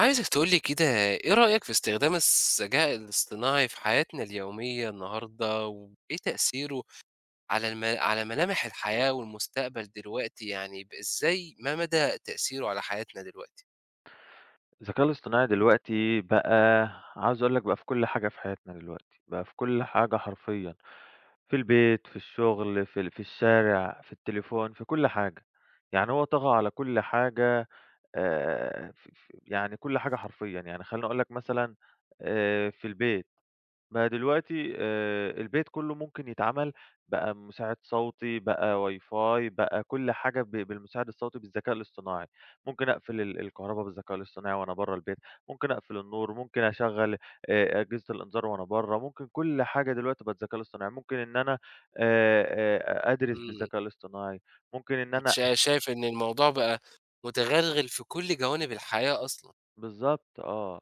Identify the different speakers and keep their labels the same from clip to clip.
Speaker 1: عايزك تقول لي كده. إيه رأيك في استخدام الذكاء الاصطناعي في حياتنا اليومية النهاردة، وإيه تأثيره على الم على ملامح الحياة والمستقبل دلوقتي، يعني إزاي ما مدى تأثيره على حياتنا دلوقتي؟
Speaker 2: الذكاء الاصطناعي دلوقتي بقى عاوز أقول لك بقى في كل حاجة في حياتنا دلوقتي، بقى في كل حاجة حرفيًا، في البيت، في الشغل، في الشارع، في التليفون، في كل حاجة، يعني هو طغى على كل حاجة ف ف يعني كل حاجة حرفيًا، يعني خلّيني أقول لك مثلًا، في البيت. ما دلوقتي البيت كُلّه ممكن يتعمل، بقى مساعد صوتي، بقى WiFi، بقى كل حاجة بالمساعد الصوتي بالذكاء الاصطناعي، ممكن أقفل الكهربا بالذكاء الاصطناعي وأنا برّه البيت، ممكن أقفل النور، ممكن أشغّل أجهزة الإنذار وأنا برّه، ممكن كل حاجة دلوقتي بقت ذكاء الاصطناعي، ممكن إن أنا آآ أدرس
Speaker 1: إمم.
Speaker 2: بالذكاء الاصطناعي، ممكن إن
Speaker 1: أنت
Speaker 2: أنا أش
Speaker 1: شايف إن الموضوع بقى متغلغل في كل جوانب الحياة أصلًا.
Speaker 2: بالضبط آه.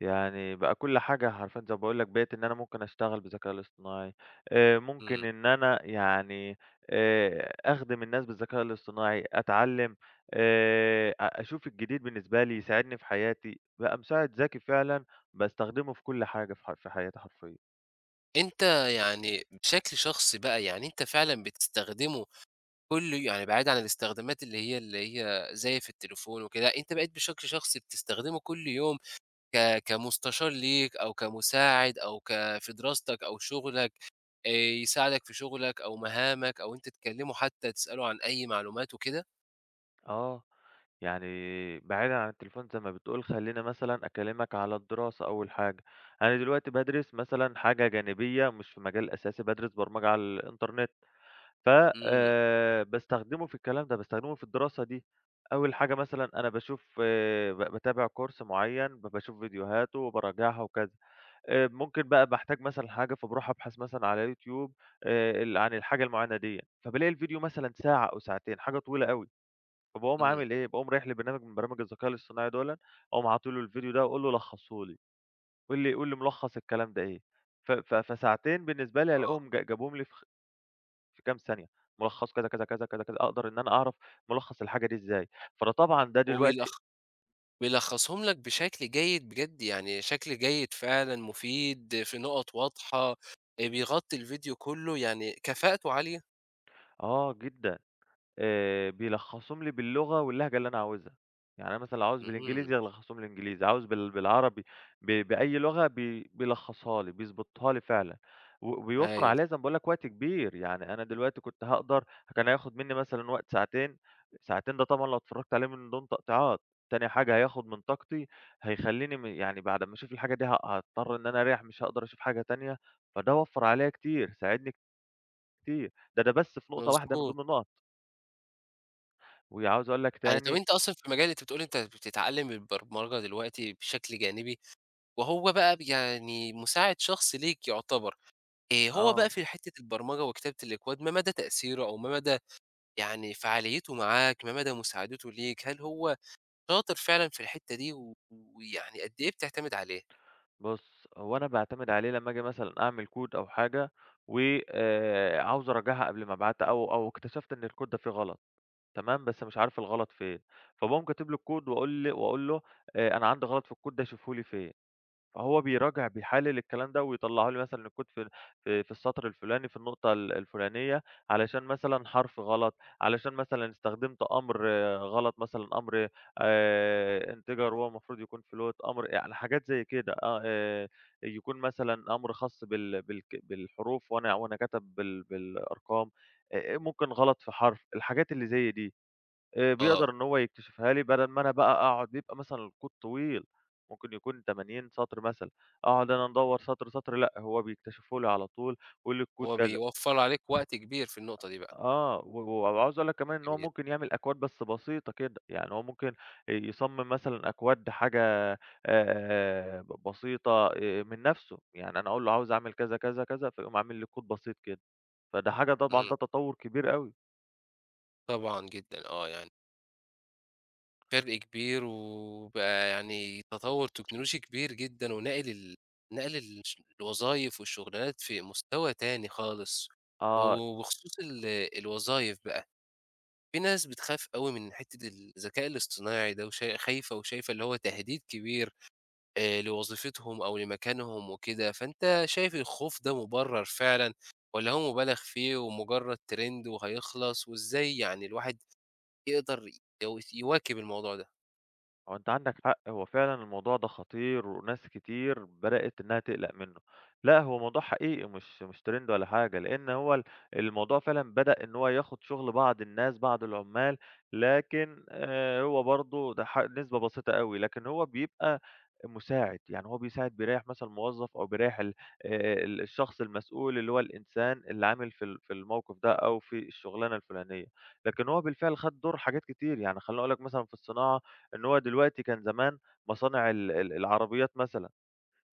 Speaker 2: يعني بقى كل حاجة حرفيًا زي ما باقول لك بقيت إن أنا ممكن أشتغل بالذكاء الاصطناعي، ممكن
Speaker 1: إمم.
Speaker 2: إن أنا يعني أخدم الناس بالذكاء الاصطناعي، أتعلّم أ أشوف الجديد بالنسبة لي، يساعدني في حياتي، بقى مساعد ذكي فعلًا باستخدمه في كل حاجة في حياتي حرفيًا.
Speaker 1: أنت يعني بشكل شخصي بقى، يعني أنت فعلًا بتستخدمه يعني بعيد عن الاستخدامات اللي هي اللي هي زي في التليفون وكده، أنت بقيت بشكل شخصي بتستخدمه كل يوم كمستشار ليك أو كمساعد أو في دراستك أو شغلك، آآ يساعدك في شغلك أو مهامك أو أنتم تتكلموا حتى تسأله عن أي معلومات وكده؟
Speaker 2: آه، يعني بعيدًا عن التليفون زي ما بتقول خلّيني مثلًا أكلمك على الدراسة أول حاجة، أنا دلوقتي بادرس مثلًا حاجة جانبية مش في مجال أساسي، بادرس برمجة على الإنترنت. ف
Speaker 1: إمم.
Speaker 2: باستخدمه في الكلام ده، باستخدمه في الدراسة دي. أول حاجة مثلًا أنا باشوف ب باتابع كورس معيّن، باشوف فيديوهاته وباراجعها وكذا. ممكن بقى باحتاج مثلًا حاجة، فباروح أبحث مثلًا على يوتيوب ال عن الحاجة المعيّنة ديّة، فبالاقي الفيديو مثلًا ساعة أو ساعتين، حاجة طويلة أوي. فباقوم
Speaker 1: إمم.
Speaker 2: عامل إيه، باقوم رايح لبرنامج من برامج الذكاء الاصطناعي دُولًا، أقوم عاطي له الفيديو ده وأقول له لخّصه لي، قُل لي ملخّص الكلام ده إيه. ف ف فساعتين بالنسبة لي
Speaker 1: آه.
Speaker 2: ألاقيهم جابوهم لي في كام ثانية، ملخّص كذا، كذا، كذا، كذا، كذا، أقدر إن أنا أعرف ملخّص الحاجة دي إزاي، فده طبعًا ده دلوقتي
Speaker 1: وبيلخ بيلخصهم لك بشكل جيد بجد، يعني شكل جيد فعلًا مفيد في نقط واضحة، بيغطي الفيديو كله، يعني كفاءته عالية.
Speaker 2: آه جدًا، بيلخّصهم لي باللغة واللهجة اللي أنا عاوزها. يعني أنا مثلًا لو عاوز
Speaker 1: إمم.
Speaker 2: بالإنجليزي يلخّصهم لي إنجليزي، عاوز بالعربي بأي لغة بيلخّصها لي، بيضبطها لي فعلًا. وبيوفّر
Speaker 1: هايل.
Speaker 2: عليّا زي ما باقول لك وقت كبير، يعني أنا دلوقتي كنت هاقدر كان هياخد منّي مثلًا وقت ساعتين، ساعتين ده طبعًا لو اتفرّجت عليه من دون تقطيعات، تاني حاجة هياخد من طاقتي، هيخلّيني يعني بعد أمّا أشوف الحاجة دي هاضطر إن أنا أريّح مش هاقدر أشوف حاجة تانية، فده وفّر عليّا كتير، ساعدني كتير. ده بس في نقطة واحدة من
Speaker 1: مضبوط.
Speaker 2: ضمن النُقَط. وعاوز أقول لك
Speaker 1: يعني طَب
Speaker 2: تاني
Speaker 1: أنت أصلًا في مجال، أنت بتقول أنت بتتعلم البرمجة دلوقتي بشكل جانبي. وهو بقى يعني مساعد شخص ليك يُعتبر. هو بقى
Speaker 2: آه،
Speaker 1: في حتّة البرمجة وكتابة الأكواد ما مدى تأثيره أو ما مدى يعني فعاليته معاك، ما مدى مساعدته ليك، هل هو شاطر فعلًا في الحتّة دي ويعني قد إيه بتعتمد عليه؟
Speaker 2: بُص، هو أنا باعتمد عليه لمّا آجي مثلًا أعمل كود أو حاجة و عاوز أراجعها قبل ما أبعتها أو اكتشفت إن الكود ده فيه غلط، تمام، بس مش عارف الغلط فين، فباقوم كاتب له الكود وأقول له أنا عندي غلط في الكود ده شوفه لي فين. فهو بيراجع بيحلل الكلام ده ويطلعه لي مثلًا الكود في السطر الفلاني في النقطة الفلانية، علشان مثلًا حرف غلط، علشان مثلًا استخدمت أمر غلط مثلًا أمر integer وهو المفروض يكون float أمر يعني حاجات زي كده، يكون مثلًا أمر خاص بالحروف وأنا كاتب بالأرقام، ممكن غلط في حرف، الحاجات اللي زي دي. بيقدر
Speaker 1: آه.
Speaker 2: إن هو يكتشفها لي بدل ما أنا بقى أقعد بيبقى مثلًا الكود طويل، ممكن يكون 80 سطر مثلًا، أقعد أنا أدوّر سطر، سطر لأ، هو بيكتشفه لي على طول ويقول لي الكود
Speaker 1: هو
Speaker 2: كذا
Speaker 1: بيوفّر عليك وقت كبير في النقطة دي بقى.
Speaker 2: آه، وعاوز أقول لك كمان إن هو
Speaker 1: جميل.
Speaker 2: ممكن يعمل أكواد بس بسيطة كده، يعني هو ممكن يصمم مثلًا أكواد حاجة ب بسيطة من نَفْسه، يعني أنا أقول له عاوز أعمل كذا، كذا، كذا، فيقوم عامل لي كود بسيط كده، فده حاجة طبعًا
Speaker 1: إمم.
Speaker 2: ده تطوّر كبير أوي.
Speaker 1: طبعًا جدًا، آه يعني فرق كبير، وبقى يعني تطوُّر تكنولوجي كبير جدًا، وناقل ال نقل الوظايف والشغلانات في مستوى تاني خالص،
Speaker 2: آه.
Speaker 1: وبخصوص الوظايف بقى، في ناس بتخاف أوي من حتّة الذكاء الاصطناعي ده، خايفة وشايفة اللي هو تهديد كبير لوظيفتهم أو لمكانهم وكده، فأنت شايف الخوف ده مُبرَّر فعلًا والّا هو مُبالغ فيه ومجرّد trend وهيخلص، وإزاي يعني الواحد يقدر يواكب الموضوع ده؟
Speaker 2: هو أنت عندك حق، هو فعلًا الموضوع ده خطير، وناس كتير بدأت إنها تقلق منه. لأ، هو موضوع حقيقي مش ترند ولا حاجة، لإن هو الموضوع فعلًا بدأ إن هو ياخد شغل بعض الناس، بعض العمال، لكن هو برضه ده نسبة بسيطة أوي، لكن هو بيبقى مساعد، يعني هو بيساعد بيريّح مثلًا موظف أو بيريّح ال ال الشخص المسؤول اللي هو الإنسان اللي عامل في الموقف ده أو في الشغلانة الفلانية. لكن هو بالفعل خد دور حاجات كتير، يعني خلّيني أقول لك مثلًا في الصناعة إن هو دلوقتي كان زمان مصانع ال ال العربيات مثلًا،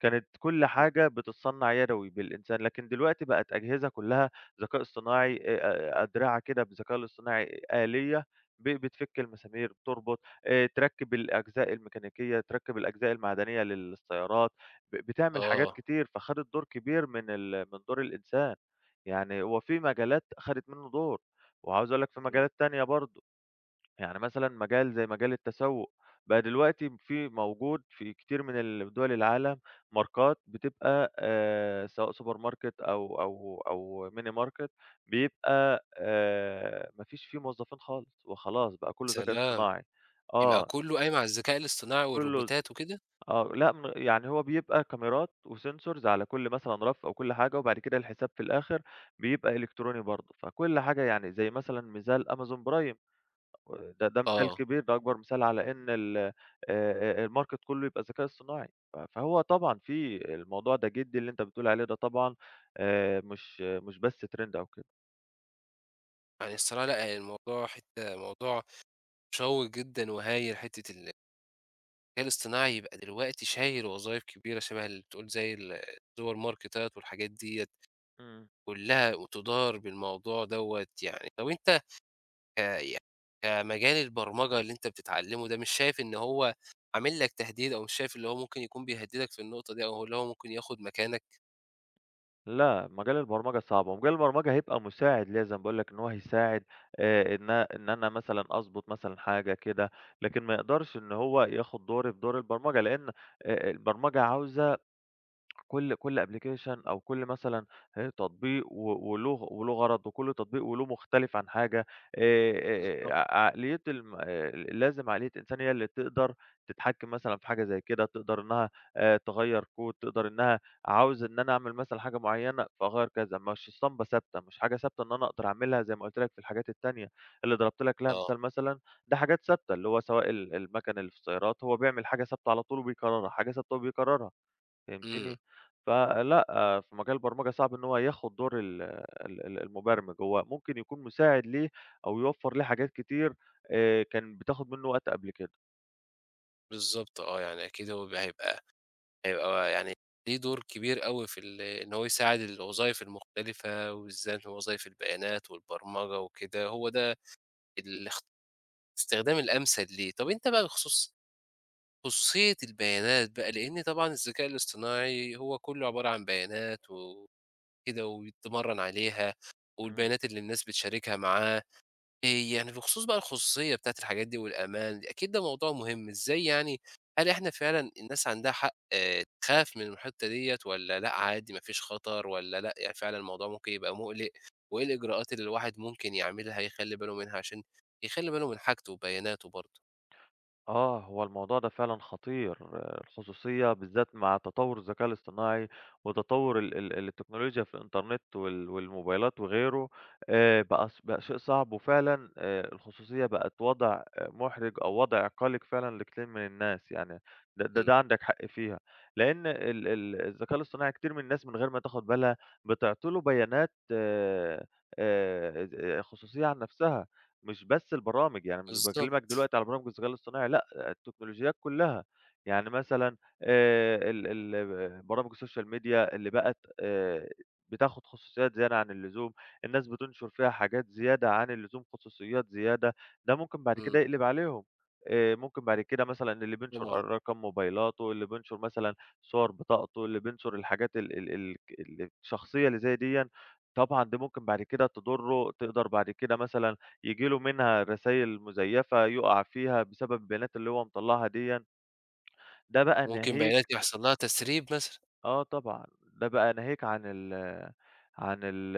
Speaker 2: كانت كل
Speaker 1: إمم.
Speaker 2: حاجة بتتصنّع يدوي بالإنسان، لكن دلوقتي بقت أجهزة كلّها ذكاء اصطناعي أدرعة كده بالذكاء الاصطناعي آلية بتفِك المسامير، بتربط، تركِّب الأجزاء الميكانيكية، تركِّب الأجزاء المعدنية للسيارات، بتعمل حاجات
Speaker 1: آه.
Speaker 2: كتير، فخدت دور كبير من دور الإنسان، يعني هو في مجالات أخدت منّه دور، وعاوز أقول لك في
Speaker 1: إمم.
Speaker 2: مجالات تانية برضه. يعني مثلًا مجال زي مجال التسوق، بقى دلوقتي في موجود في كتير من دول العالم ماركات بتبقى سواء سوبر ماركت أو mini market بيبقى ما فيش فيه موظفين خالص، وخلاص بقى كله ذكاء
Speaker 1: سلام!
Speaker 2: اصطناعي.
Speaker 1: يبقى
Speaker 2: آه،
Speaker 1: كلّه قايم على الذكاء الاصطناعي
Speaker 2: كله ز
Speaker 1: والروبوتات وكده؟
Speaker 2: آه، لأ، يعني هو بيبقى كاميرات وsensors على كل مثلًا رف أو كل حاجة، وبعد كده الحساب في الآخر بيبقى إلكتروني برضه، فكل حاجة يعني زي مثلًا مثال Amazon Prime. ده مثال
Speaker 1: آه.
Speaker 2: كبير، ده أكبر مثال على إن ال الmarket كله يبقى ذكاء اصطناعي، فهو طبعًا في الموضوع ده جدي اللي أنت بتقول عليه ده طبعًا مش بس trend أو كده.
Speaker 1: يعني الصراحة لأ، يعني الموضوع حتّة موضوع شيّق جدًا وهايل، حتّة الذكاء الاصطناعي يبقى دلوقتي شايل وظايف كبيرة شبه اللي بتقول زي السوبر ماركتات والحاجات ديّة
Speaker 2: إمم.
Speaker 1: كلّها وتدار بالموضوع دوّة يعني، طَب أنت يعني كمجال البرمجة اللي أنت بتتعلّمه ده مش شايف إن هو عامل لك تهديد، أو مش شايف اللي هو ممكن يكون بيهددك في النقطة دي أو اللي هو ممكن ياخُد مكانك؟
Speaker 2: لأ، مجال البرمجة صعب، ومجال البرمجة هيبقى مساعد ليّا زي ما باقول لك إن هو هيساعد إن أنا مثلًا أضبط مثلًا حاجة كده، لكن ما يقدرش إن هو ياخد دوري في دور البرمجة، لإن البرمجة عاوزة كل أبلكيشن أو كل مثلًا تطبيق و وله وله غرض، وكل تطبيق وله مختلف عن حاجة آآ
Speaker 1: بالضبط.
Speaker 2: ع عقلية الم لازم عقلية إنسان هي اللي تقدر تتحكم مثلًا في حاجة زي كده، تقدر إنها تغيّر كود، تقدر إنها عاوز إن أنا أعمل مثلًا حاجة معيّنة فأغيّر كذا، مش اسطمبة ثابتة، مش حاجة ثابتة إن أنا أقدر أعملها زي ما قُلت لك في الحاجات التانية اللي ضربت لك لها
Speaker 1: آه.
Speaker 2: مثال مثلًا، ده حاجات ثابتة اللي هو سواء المَكَن اللي في السيارات هو بيعمل حاجة ثابتة على طول وبيكررها، حاجة ثابتة وبيكررها.
Speaker 1: إمم.
Speaker 2: فهمتني؟ فلأ، في مجال البرمجة صعب إن هو ياخد دور ال ال ال المبرمج، هو ممكن يكون مساعد ليه أو يوفّر ليه حاجات كتير كان بتاخد منّه وقت قبل كده.
Speaker 1: بالضبط آه، يعني أكيد هو بيبقى هيبقى هيبقى يعني ليه دور كبير أوي في إن هو يساعد الوظايف المختلفة، وبالذات وظايف البيانات والبرمجة وكده، هو ده الاخت الاستخدام الأمثل ليه. طب أنت بقى بخصوص خصوصية البيانات بقى، لإن طبعًا الذكاء الاصطناعي هو كلّه عبارة عن بيانات وكده وبيتمرّن عليها،
Speaker 2: إمم.
Speaker 1: والبيانات اللي الناس بتشاركها معاه، يعني بخصوص بقى الخصوصية بتاعة الحاجات دي والأمان، أكيد ده موضوع مهم. إزاي يعني، هل إحنا فعلًا الناس عندها حق، آه، تخاف من الحتّة ديّة والّا لأ عادي ما فيش خطر، والّا لأ يعني فعلًا الموضوع ممكن يبقى مُقلق، وإيه الإجراءات اللي الواحد ممكن يعملها يخلّي باله منها عشان يخلّي باله من حاجته وبياناته برضه؟
Speaker 2: آه، هو الموضوع ده فعلًا خطير، آه، الخصوصية بالذات مع تطوّر الذكاء الاصطناعي وتطوّر ال ال التكنولوجيا في الإنترنت والموبايلات وغيره، بقى شيء صعب وفعلًا الخصوصية بقت وضع مُحرِج أو وضع قَلِق فعلًا لكتير من الناس، يعني ده
Speaker 1: إمم.
Speaker 2: عندك حق فيها، لإن ال ال الذكاء الاصطناعي كتير من الناس من غير ما تاخُد بالها بتعطي له بيانات خصوصية عن نَفْسها. مش بس البرامج، يعني مش باكلمك
Speaker 1: بالضبط.
Speaker 2: دلوقتي على برامج الذكاء الاصطناعي لأ، التكنولوجيات كلّها، يعني مثلًا ال ال برامج السوشيال ميديا اللي بقت بتاخد خصوصيات زيادة عن اللزوم، الناس بتنشر فيها حاجات زيادة عن اللزوم، خصوصيات زيادة، ده ممكن بعد
Speaker 1: إمم.
Speaker 2: كده يقلب عليهم، ممكن بعد كده مثلًا اللي
Speaker 1: طبعًا.
Speaker 2: بينشر رقم موبايلاته، اللي بينشر مثلًا صور بطاقته، اللي بينشر الحاجات ال ال ال الشخصية اللي زي ديًا، طبعًا دي ممكن بعد كده تضره، تقدر بعد كده مثلًا ييجي له منها رسايل مزيفة، يُقع فيها بسبب البيانات اللي هو مطلّعها ديًّا، ده بقى
Speaker 1: ممكن
Speaker 2: ناهيك
Speaker 1: بيانات يحصل لها تسريب مثلًا.
Speaker 2: آه طبعًا، ده بقى ناهيك عن ال عن ال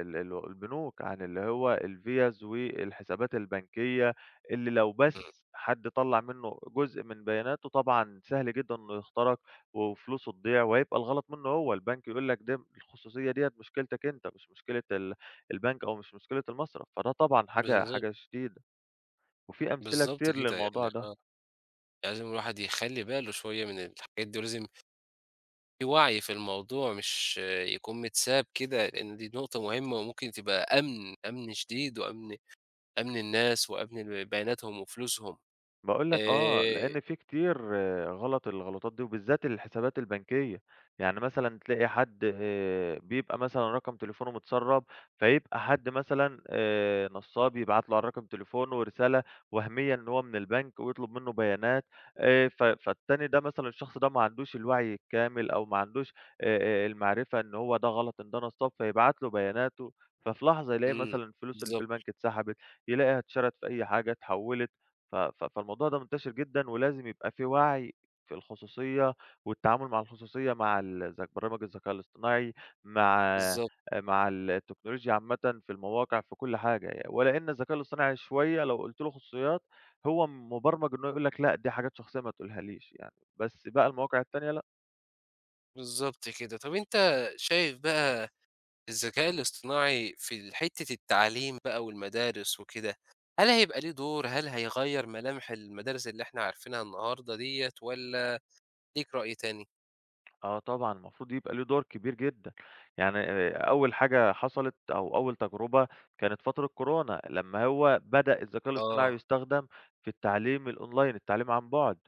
Speaker 2: ال ال البنوك، عن اللي هو الفيَّز والحسابات البنكية، اللي لو
Speaker 1: إمم.
Speaker 2: بس حد طلّع منه جزء من بياناته طبعًا سهل جدًا إنه يخترق وفلوسه تضيع، وهيبقى الغلط منه هو، البنك يقول لك ده الخصوصية ديّة مشكلتك أنت، مش مشكلة البنك أو مش مشكلة المصرف، فده طبعًا حاجة
Speaker 1: بالضبط.
Speaker 2: حاجة شديدة. وفي أمثلة
Speaker 1: بالضبط
Speaker 2: كتير
Speaker 1: كده يعني
Speaker 2: للموضوع ده.
Speaker 1: آه، يعني لازم الواحد يخلّي باله شوية من الحاجات دي، ولازم في وعي في الموضوع، مش يكون متساب كده، لإن دي نقطة مهمة وممكن تبقى أمن، أمن شديد، وأمن الناس وأمن بياناتهم وفلوسهم.
Speaker 2: باقول لك آه،
Speaker 1: آآ
Speaker 2: لإن في كتير آه، غلط الغلطات دي، وبالذات الحسابات البنكية، يعني مثلًا تلاقي حد بيبقى مثلًا رقم تليفونه متسرّب، فيبقى حد مثلًا نصّاب يبعت له على رقم تليفونه رسالة وهمية إن هو من البنك ويطلب منه بيانات ف فالتاني ده مثلًا الشخص ده ما عندوش الوعي الكامل أو ما عندوش المعرفة إن هو ده غلط، إن ده نصّاب، فيبعت له بياناته، ففي لحظة يلاقي
Speaker 1: إمم.
Speaker 2: مثلًا الفلوس اللي في
Speaker 1: بالضبط.
Speaker 2: البنك اتسحبت، يلاقيها اتشرت في أي حاجة، اتحوّلت، ف ف فالموضوع ده منتشر جدًا، ولازم يبقى في وعي في الخصوصية والتعامل مع الخصوصية مع ال ذك برامج الذكاء الاصطناعي، مع
Speaker 1: بالضبط.
Speaker 2: مع التكنولوجيا عامةً في المواقع، في كل حاجة، يعني. ولأن الذكاء الاصطناعي شوية لو قُلت له خصوصيات هو مبرمج إنه يقول لك لأ، دي حاجات شخصية ما تقولها ليش يعني، بس بقى المواقع التانية لأ.
Speaker 1: بالضبط كده. طَب أنت شايف بقى الذكاء الاصطناعي في حتة التعليم بقى والمدارس وكده، هل هيبقى ليه دور، هل هيغيّر ملامح المدارس اللي إحنا عارفينها النهارده ديّة، والّا ليك رأي تاني؟
Speaker 2: آه طبعًا، المفروض يبقى له دور كبير جدًا، يعني أول حاجة حصلت أو أول تجربة كانت فترة كورونا، لمّا هو بدأ الذكاء الاصطناعي
Speaker 1: آه.
Speaker 2: يُستخدم في التعليم الأونلاين، التعليم عن بُعد،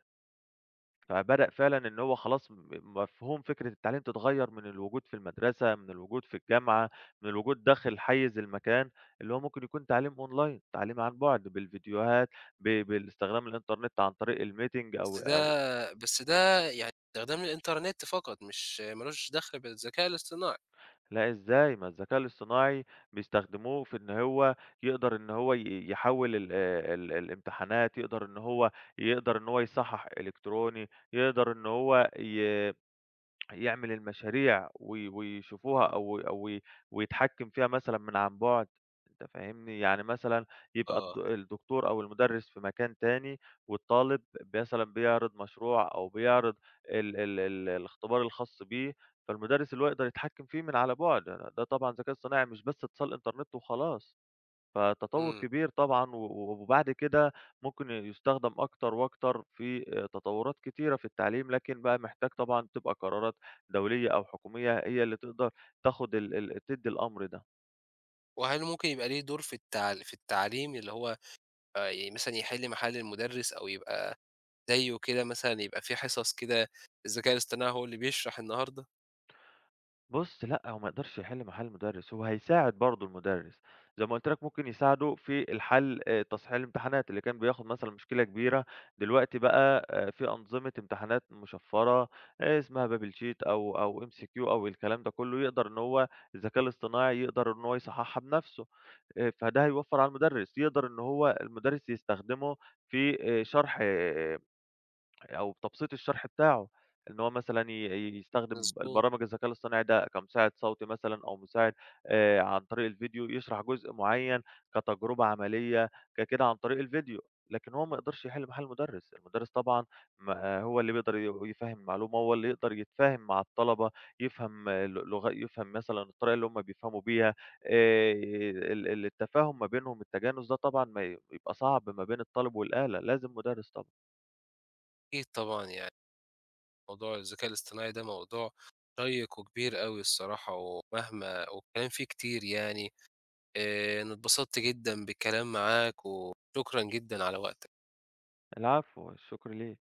Speaker 2: فبدأ فعلًا إن هو خلاص مفهوم فكرة التعليم تتغيّر من الوجود في المدرسة، من الوجود في الجامعة، من الوجود داخل حيّز المكان، اللي هو ممكن يكون تعليم أونلاين، تعليم عن بُعد بالفيديوهات، بالاستخدام الإنترنت عن طريق الmeeting أو
Speaker 1: بس
Speaker 2: أو
Speaker 1: ده بس ده يعني استخدام للإنترنت فقط، مش ما لوش دخل بالذكاء الاصطناعي.
Speaker 2: لأ إزاي؟ ما الذكاء الاصطناعي بيستخدموه في إن هو يقدر إن هو يحوّل ال ال الامتحانات، يقدر إن هو يصحّح إلكتروني، يقدر إن هو يعمل المشاريع ويشوفوها أو أو ي ويتحكّم فيها مثلًا من عن بُعد، أنت فاهمني؟ يعني مثلًا يبقى
Speaker 1: آه.
Speaker 2: الدكتور أو المدرس في مكان تاني والطالب مثلًا بيعرض مشروع أو بيعرض ال ال ال الاختبار الخاص بيه، فالمدرس اللي هو يقدر يتحكّم فيه من على بُعد، ده طبعًا ذكاء اصطناعي مش بس اتصال إنترنت وخلاص. فتطوّر
Speaker 1: إمم.
Speaker 2: كبير طبعًا، و و وبعد كده ممكن يُستخدم أكتر وأكتر في تطوّرات كتيرة في التعليم، لكن بقى محتاج طبعًا تبقى قرارات دولية أو حكومية هي اللي تقدر تاخد ال ال تدّي الأمر ده.
Speaker 1: وهل ممكن يبقى ليه دور في التعليم اللي هو مثلًا يحل محل المدرس، أو يبقى زيه كده مثلًا، يبقى في حصص كده الذكاء الاصطناعي هو اللي بيشرح النهارده؟
Speaker 2: بُص، لأ، هو ما يقدرش يحل محل المدرس، هو هيساعد برضه المدرس، زي ما قُلت لك ممكن يساعده في الحل، تصحيح الامتحانات اللي كان بياخد مثلًا مشكلة كبيرة، دلوقتي بقى في أنظمة امتحانات مشفرة اسمها بابل شيت أو MCQ أو الكلام ده كله، يقدر إن هو الذكاء الاصطناعي يقدر إن هو يصححها بنفسه، فده هيوفر على المدرس، يقدر إن هو المدرس يستخدمه في شرح أو بتبسيط الشرح بتاعه، إن هو مثلًا يستخدم
Speaker 1: مضبوط.
Speaker 2: البرامج الذكاء الاصطناعي ده كمساعد صوتي مثلًا أو مساعد عن طريق الفيديو، يشرح جزء معيّن كتجربة عملية ككده عن طريق الفيديو، لكن هو ما يقدرش يحل محل المدرس، المدرس طبعًا ما آه، هو اللي بيقدر يفهّم المعلومة، هو اللي يقدر يتفاهم مع الطلبة، يفهم ل لغ يفهم مثلًا الطريقة اللي هم بيفهموا بيها آآ ال ال التفاهم ما بينهم، التجانس ده طبعًا ما ي بيبقى صعب ما بين الطالب والآلة، لازم مدرس طبعًا.
Speaker 1: أكيد طبعًا يعني موضوع الذكاء الاصطناعي ده موضوع شيّق وكبير أوي الصراحة، ومهما والكلام فيه كتير يعني. أنا اتبسطت جدًا بالكلام معاك، وشكرًا جدًا على وقتك.
Speaker 2: العفو، الشكر ليك.